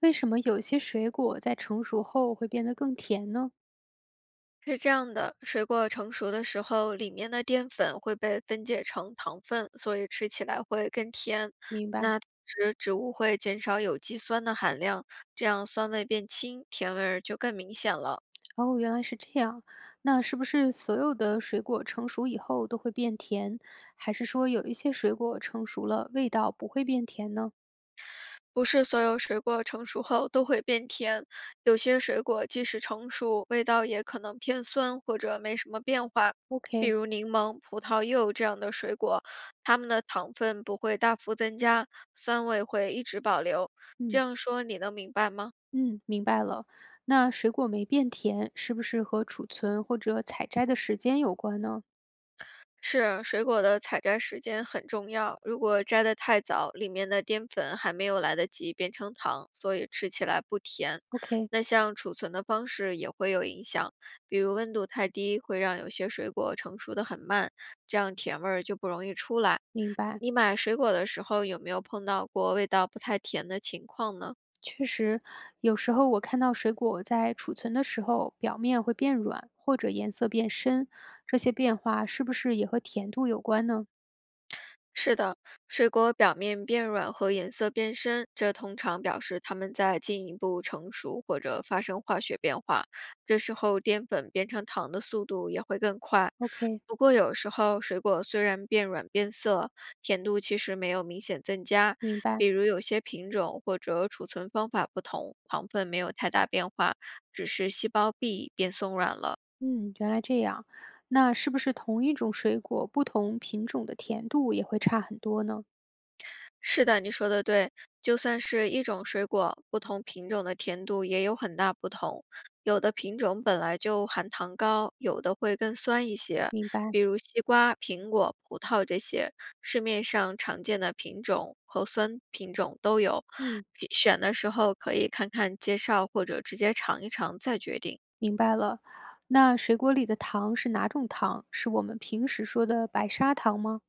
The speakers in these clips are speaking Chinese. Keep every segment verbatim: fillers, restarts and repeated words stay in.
为什么有些水果在成熟后会变得更甜呢？是这样的，水果成熟的时候，里面的淀粉会被分解成糖分，所以吃起来会更甜。明白。那植植物会减少有机酸的含量，这样酸味变轻，甜味儿就更明显了。哦，原来是这样。那是不是所有的水果成熟以后都会变甜，还是说有一些水果成熟了味道不会变甜呢不是所有水果成熟后都会变甜，有些水果即使成熟，味道也可能偏酸或者没什么变化。比？OK，如柠檬、葡萄柚这样的水果，它们的糖分不会大幅增加，酸味会一直保留。这嗯样说你能明白吗？嗯，明白了。那水果没变甜，是不是和储存或者采摘的时间有关呢是，水果的采摘时间很重要。如果摘得太早，里面的淀粉还没有来得及变成糖，所以吃起来不甜。？OK，那像储存的方式也会有影响，比如温度太低，会让有些水果成熟得很慢，这样甜味儿就不容易出来。明白。你买水果的时候有没有碰到过味道不太甜的情况呢？确实，有时候我看到水果在储存的时候，表面会变软或者颜色变深，这些变化是不是也和甜度有关呢是的，水果表面变软和颜色变深，这通常表示它们在进一步成熟或者发生化学变化。这时候淀粉变成糖的速度也会更快。？OK，不过有时候水果虽然变软变色，甜度其实没有明显增加。明白。比如有些品种或者储存方法不同，糖分没有太大变化，只是细胞壁变松软了。嗯，原来这样。那是不是同一种水果，不同品种的甜度也会差很多呢？是的，你说的对。就算是一种水果，不同品种的甜度也有很大不同。有的品种本来就含糖高，有的会更酸一些，明白。比如西瓜、苹果、葡萄这些，市面上常见的品种和酸品种都有。嗯，品选的时候可以看看介绍或者直接尝一尝再决定。明白了。那水果里的糖是哪种糖？是我们平时说的白砂糖吗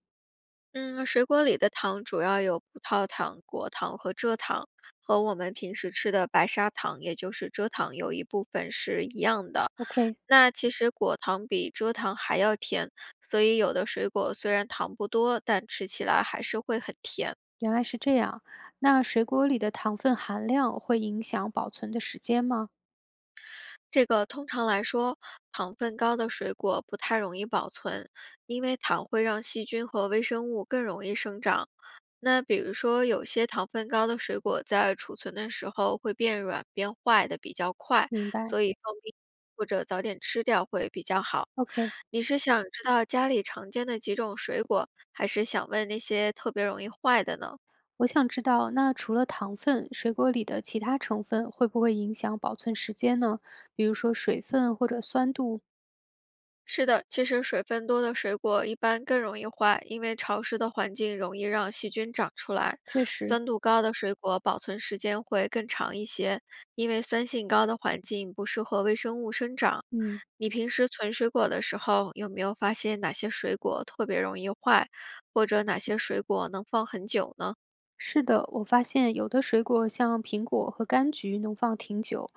嗯，水果里的糖主要有葡萄糖、果糖和蔗糖，和我们平时吃的白砂糖，也就是蔗糖，有一部分是一样的。？OK。那其实果糖比蔗糖还要甜，所以有的水果虽然糖不多，但吃起来还是会很甜。原来是这样。那水果里的糖分含量会影响保存的时间吗？这个通常来说，糖分高的水果不太容易保存，因为糖会让细菌和微生物更容易生长。那比如说，有些糖分高的水果在储存的时候会变软、变坏的比较快，明白。所以放冰或者早点吃掉会比较好。OK，你是想知道家里常见的几种水果，还是想问那些特别容易坏的呢？我想知道，那除了糖分，水果里的其他成分会不会影响保存时间呢？比如说水分或者酸度？是的，其实水分多的水果一般更容易坏，因为潮湿的环境容易让细菌长出来。确实，酸度高的水果保存时间会更长一些，因为酸性高的环境不适合微生物生长。嗯。你平时存水果的时候，有没有发现哪些水果特别容易坏，或者哪些水果能放很久呢？是的，我发现有的水果像苹果和柑橘能放挺久，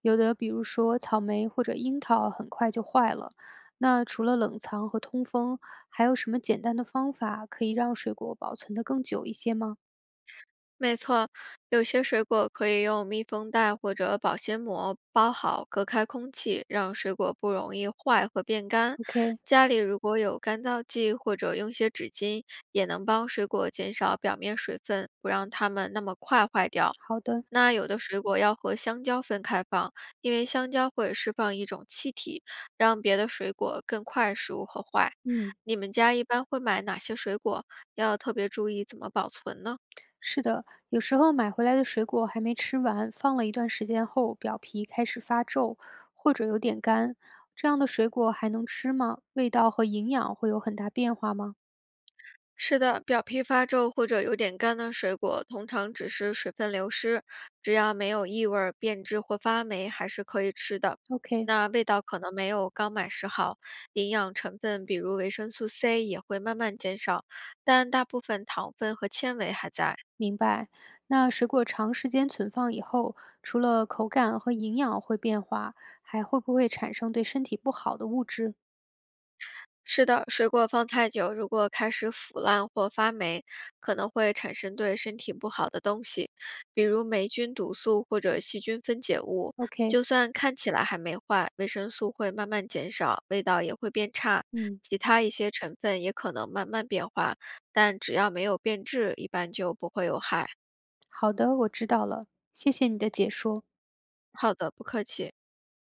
有的比如说草莓或者樱桃很快就坏了。那除了冷藏和通风，还有什么简单的方法可以让水果保存得更久一些吗没错，有些水果可以用密封袋或者保鲜膜包好，隔开空气，让水果不容易坏和变干。？OK，家里如果有干燥剂或者用些纸巾，也能帮水果减少表面水分，不让它们那么快坏掉。好的，那有的水果要和香蕉分开放，因为香蕉会释放一种气体，让别的水果更快熟和坏。嗯，你们家一般会买哪些水果？要特别注意怎么保存呢？是的，有时候买回来的水果还没吃完，放了一段时间后，表皮开始发皱或者有点干，这样的水果还能吃吗？味道和营养会有很大变化吗是的，表皮发皱或者有点干的水果，通常只是水分流失，只要没有异味儿、变质或发霉，还是可以吃的。？OK，那味道可能没有刚买时好，营养成分比如维生素 C 也会慢慢减少，但大部分糖分和纤维还在。明白。那水果长时间存放以后，除了口感和营养会变化，还会不会产生对身体不好的物质是的，水果放太久，如果开始腐烂或发霉，可能会产生对身体不好的东西，比如霉菌、毒素或者细菌分解物。？OK，就算看起来还没坏，维生素会慢慢减少，味道也会变差，嗯，其他一些成分也可能慢慢变化，但只要没有变质，一般就不会有害。好的，我知道了，谢谢你的解说。好的，不客气。